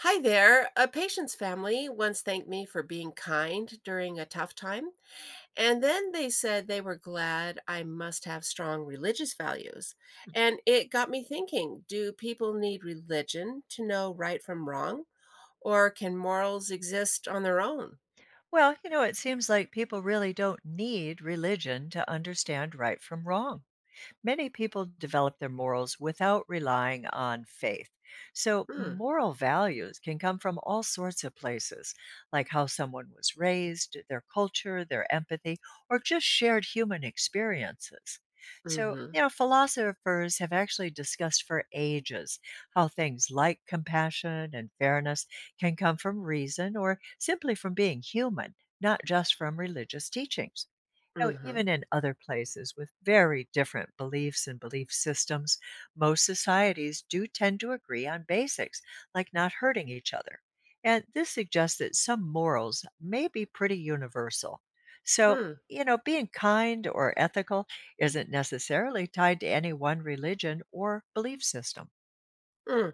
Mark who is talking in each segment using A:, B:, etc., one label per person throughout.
A: Hi there. A patient's family once thanked me for being kind during a tough time, and then they said they were glad I must have strong religious values.
B: Hmm.
A: And it got me thinking, do people need religion to know right from wrong, or can morals exist on their own?
B: Well, it seems like people really don't need religion to understand right from wrong. Many people develop their morals without relying on faith. So,
A: Hmm.
B: moral values can come from all sorts of places, like how someone was raised, their culture, their empathy, or just shared human experiences.
A: Mm
B: So,
A: hmm.
B: philosophers have actually discussed for ages how things like compassion and fairness can come from reason or simply from being human, not just from religious teachings. No,
A: Mm hmm.
B: even in other places with very different beliefs and belief systems, most societies do tend to agree on basics, like not hurting each other. And this suggests that some morals may be pretty universal. So,
A: Hmm.
B: being kind or ethical isn't necessarily tied to any one religion or belief system.
A: Hmm.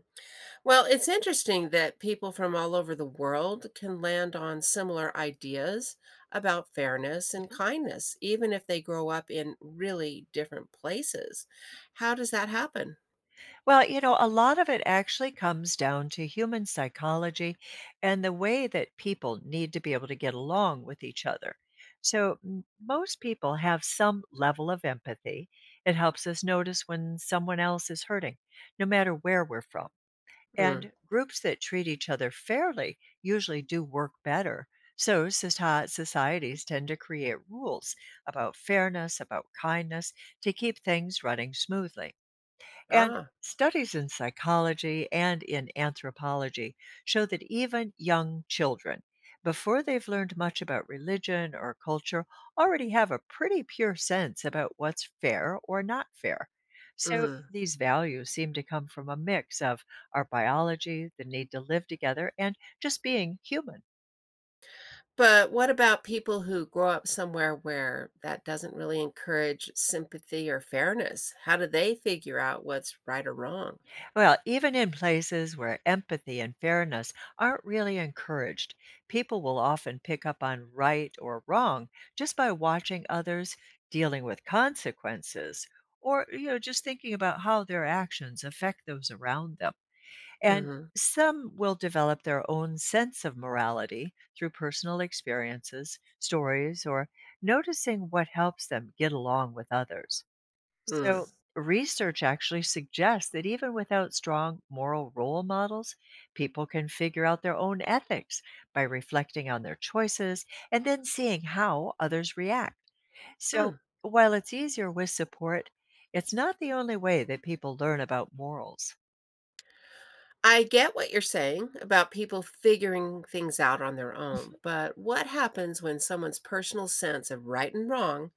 A: Well, it's interesting that people from all over the world can land on similar ideas about fairness and kindness, even if they grow up in really different places. How does that happen?
B: Well, a lot of it actually comes down to human psychology and the way that people need to be able to get along with each other. So, most people have some level of empathy. It helps us notice when someone else is hurting, no matter where we're from.
A: Mm.
B: And groups that treat each other fairly usually do work better. So, societies tend to create rules about fairness, about kindness to keep things running smoothly. And
A: Ah.
B: studies in psychology and in anthropology show that even young children, before they've learned much about religion or culture, already have a pretty pure sense about what's fair or not fair. So
A: Mhm.
B: these values seem to come from a mix of our biology, the need to live together, and just being human.
A: But what about people who grow up somewhere where that doesn't really encourage sympathy or fairness? How do they figure out what's right or wrong?
B: Well, even in places where empathy and fairness aren't really encouraged, people will often pick up on right or wrong just by watching others dealing with consequences or just thinking about how their actions affect those around them. And
A: Mhm.
B: some will develop their own sense of morality through personal experiences, stories, or noticing what helps them get along with others.
A: Mm.
B: So, research actually suggests that even without strong moral role models, people can figure out their own ethics by reflecting on their choices and then seeing how others react. So,
A: Hmm.
B: while it's easier with support, it's not the only way that people learn about morals.
A: I get what you're saying about people figuring things out on their own, but what happens when someone's personal sense of right and wrong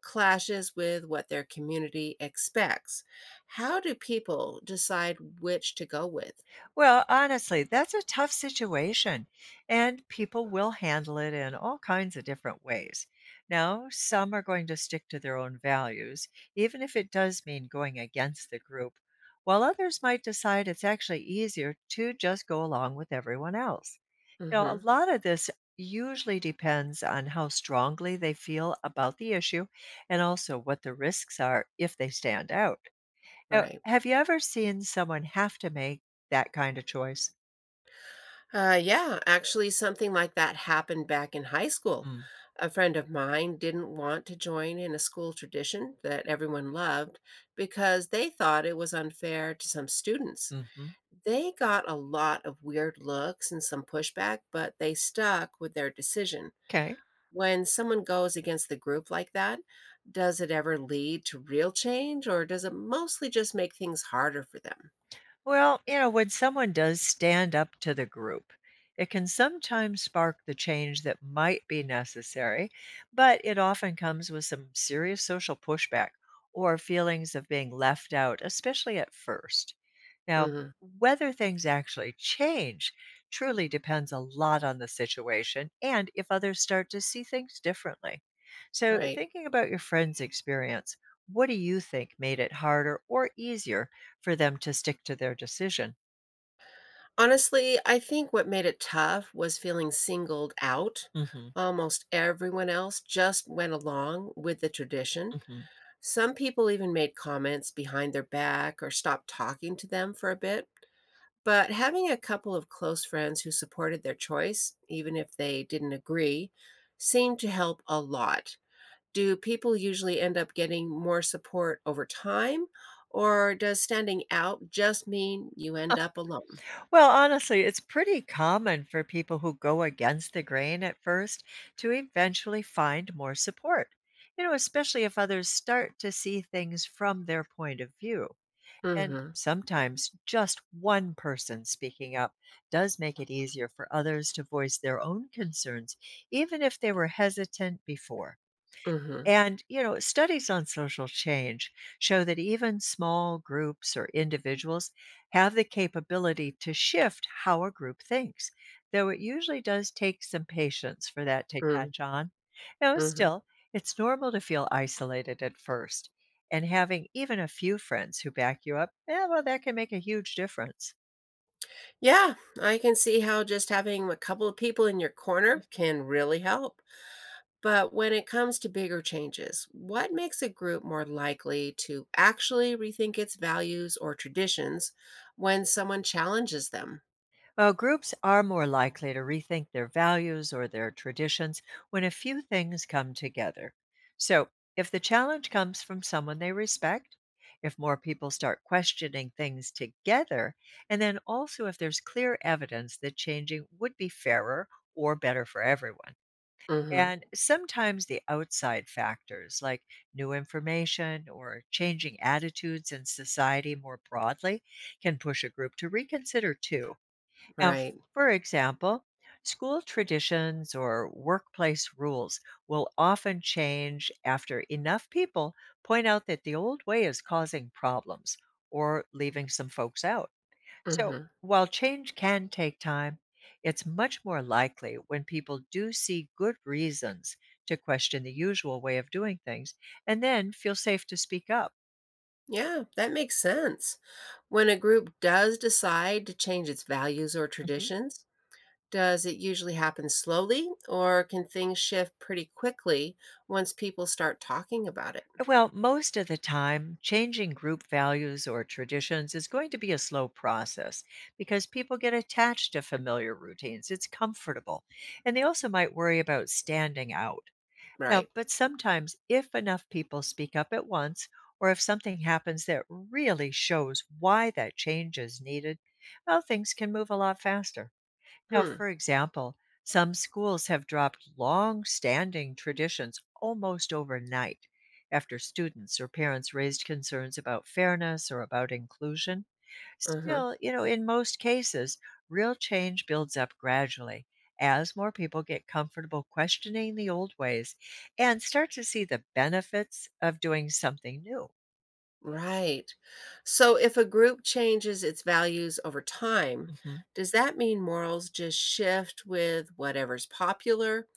A: clashes with what their community expects? How do people decide which to go with?
B: Well, honestly, that's a tough situation, and people will handle it in all kinds of different ways. Now, some are going to stick to their own values, even if it does mean going against the group, while others might decide it's actually easier to just go along with everyone else. A
A: Hmm.
B: lot of this usually depends on how strongly they feel about the issue and also what the risks are if they stand out. Now,
A: Right.
B: have you ever seen someone have to make that kind of choice?
A: Yeah, actually, something like that happened back in high school.
B: Mm,
A: A friend of mine didn't want to join in a school tradition that everyone loved because they thought it was unfair to some students.
B: mhm.
A: They got a lot of weird looks and some pushback, but they stuck with their decision.
B: 'Kay.
A: When someone goes against the group like that, does it ever lead to real change, or does it mostly just make things harder for them?
B: Well, when someone does stand up to the group, it can sometimes spark the change that might be necessary, but it often comes with some serious social pushback or feelings of being left out, especially at first. Now,
A: Hmm.
B: whether things actually change truly depends a lot on the situation and if others start to see things differently. So,
A: Right.
B: thinking about your friend's experience, what do you think made it harder or easier for them to stick to their decision?
A: Honestly, I think what made it tough was feeling singled out.
B: Hmm.
A: Almost everyone else just went along with the tradition.
B: Hmm.
A: Some people even made comments behind their back or stopped talking to them for a bit. But having a couple of close friends who supported their choice, even if they didn't agree, seemed to help a lot. Do people usually end up getting more support over time, or does standing out just mean you end up alone?
B: Well, honestly, it's pretty common for people who go against the grain at first to eventually find more support, especially if others start to see things from their point of view. And
A: Mm-hmm.
B: sometimes just one person speaking up does make it easier for others to voice their own concerns, even if they were hesitant before.
A: Mm-hmm.
B: And, studies on social change show that even small groups or individuals have the capability to shift how a group thinks, though it usually does take some patience for that to catch on. Now,
A: Mm-hmm.
B: still, it's normal to feel isolated at first, and having even a few friends who back you up, well, that can make a huge difference.
A: Yeah, I can see how just having a couple of people in your corner can really help. But when it comes to bigger changes, what makes a group more likely to actually rethink its values or traditions when someone challenges them?
B: Well, groups are more likely to rethink their values or their traditions when a few things come together. So, if the challenge comes from someone they respect, if more people start questioning things together, and then also if there's clear evidence that changing would be fairer or better for everyone.
A: Hmm.
B: And sometimes the outside factors, like new information or changing attitudes in society more broadly, can push a group to reconsider too. Now,
A: Right.
B: for example, school traditions or workplace rules will often change after enough people point out that the old way is causing problems or leaving some folks out. So,
A: Hmm.
B: while change can take time, it's much more likely when people do see good reasons to question the usual way of doing things and then feel safe to speak up.
A: Yeah, that makes sense. When a group does decide to change its values or
B: Mhm.
A: traditions, does it usually happen slowly, or can things shift pretty quickly once people start talking about it?
B: Well, most of the time, changing group values or traditions is going to be a slow process because people get attached to familiar routines. It's comfortable. And they also might worry about standing out. No,
A: Right.
B: but sometimes if enough people speak up at once, or if something happens that really shows why that change is needed, well, things can move a lot faster. Now,
A: Hmm.
B: for example, some schools have dropped long standing traditions almost overnight after students or parents raised concerns about fairness or about inclusion.
A: Uh.
B: Still, in most cases, real change builds up gradually as more people get comfortable questioning the old ways and start to see the benefits of doing something new.
A: Right. So if a group changes its values over time,
B: Mm-hmm.
A: does that mean morals just shift with whatever's popular,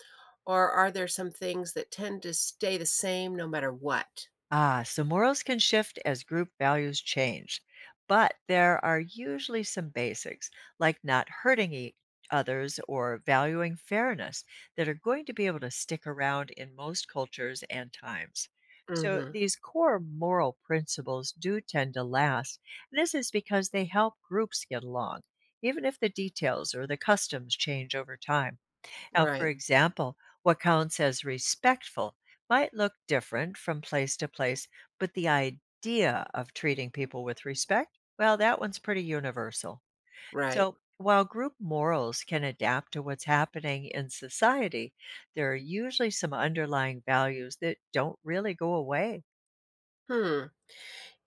A: or are there some things that tend to stay the same no matter what?
B: Ah, so morals can shift as group values change, but there are usually some basics, like not hurting others or valuing fairness, that are going to be able to stick around in most cultures and times. So
A: Hmm.
B: these core moral principles do tend to last, and this is because they help groups get along, even if the details or the customs change over time. Now, for
A: Right.
B: example, what counts as respectful might look different from place to place, but the idea of treating people with respect, well, that one's pretty universal.
A: Right.
B: So, while group morals can adapt to what's happening in society, there are usually some underlying values that don't really go away.
A: Hmm.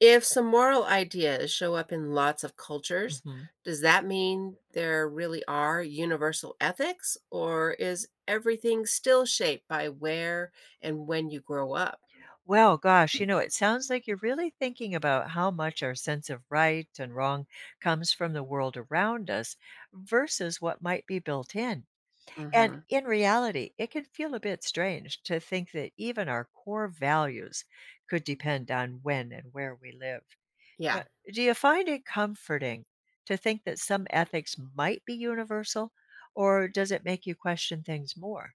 A: If some moral ideas show up in lots of cultures,
B: Mhm.
A: does that mean there really are universal ethics, or is everything still shaped by where and when you grow up?
B: Well, gosh, it sounds like you're really thinking about how much our sense of right and wrong comes from the world around us versus what might be built in. And
A: Hmm.
B: in reality, it can feel a bit strange to think that even our core values could depend on when and where we live. Yeah.
A: Yeah.
B: Do you find it comforting to think that some ethics might be universal, or does it make you question things more?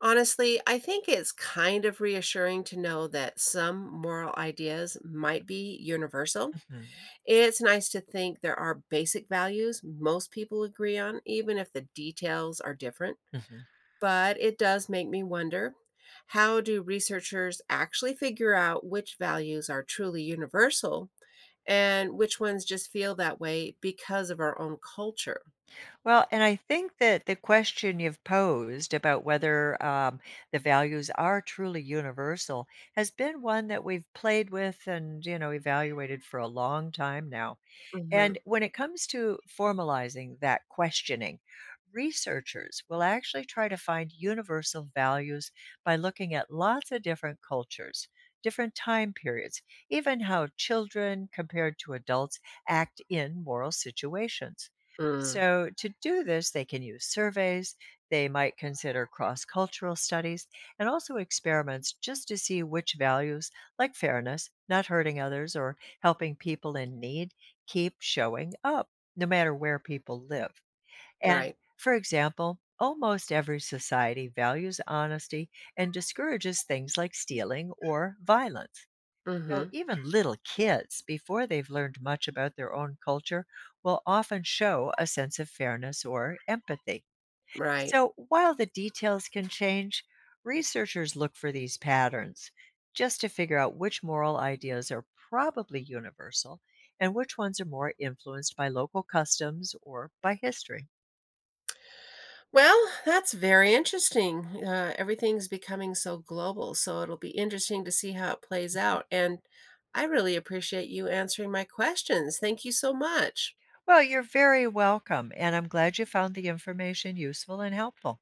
A: Honestly, I think it's kind of reassuring to know that some moral ideas might
B: Mhm.
A: be universal.
B: Mhm.
A: It's nice to think there are basic values most people agree on, even if the details are different.
B: Mhm.
A: But it does make me wonder, how do researchers actually figure out which values are truly universal and which ones just feel that way because of our own culture?
B: Well, and I think that the question you've posed about whether the values are truly universal has been one that we've played with and, evaluated for a long time now.
A: Hmm.
B: And when it comes to formalizing that questioning, researchers will actually try to find universal values by looking at lots of different cultures, different time periods, even how children compared to adults act in moral situations.
A: Mm.
B: So, to do this, they can use surveys, they might consider cross cultural studies, and also experiments just to see which values, like fairness, not hurting others, or helping people in need, keep showing up no matter where people live. And
A: Right.
B: for example, almost every society values honesty and discourages things like stealing or violence. So
A: Hmm.
B: even little kids, before they've learned much about their own culture, will often show a sense of fairness or empathy.
A: Right.
B: So, while the details can change, researchers look for these patterns just to figure out which moral ideas are probably universal and which ones are more influenced by local customs or by history.
A: Well, that's very interesting. Everything's becoming so global, so it'll be interesting to see how it plays
B: Mhm.
A: out. And I really appreciate you answering my questions. Thank you so much.
B: Well, you're very welcome, and I'm glad you found the information useful and helpful.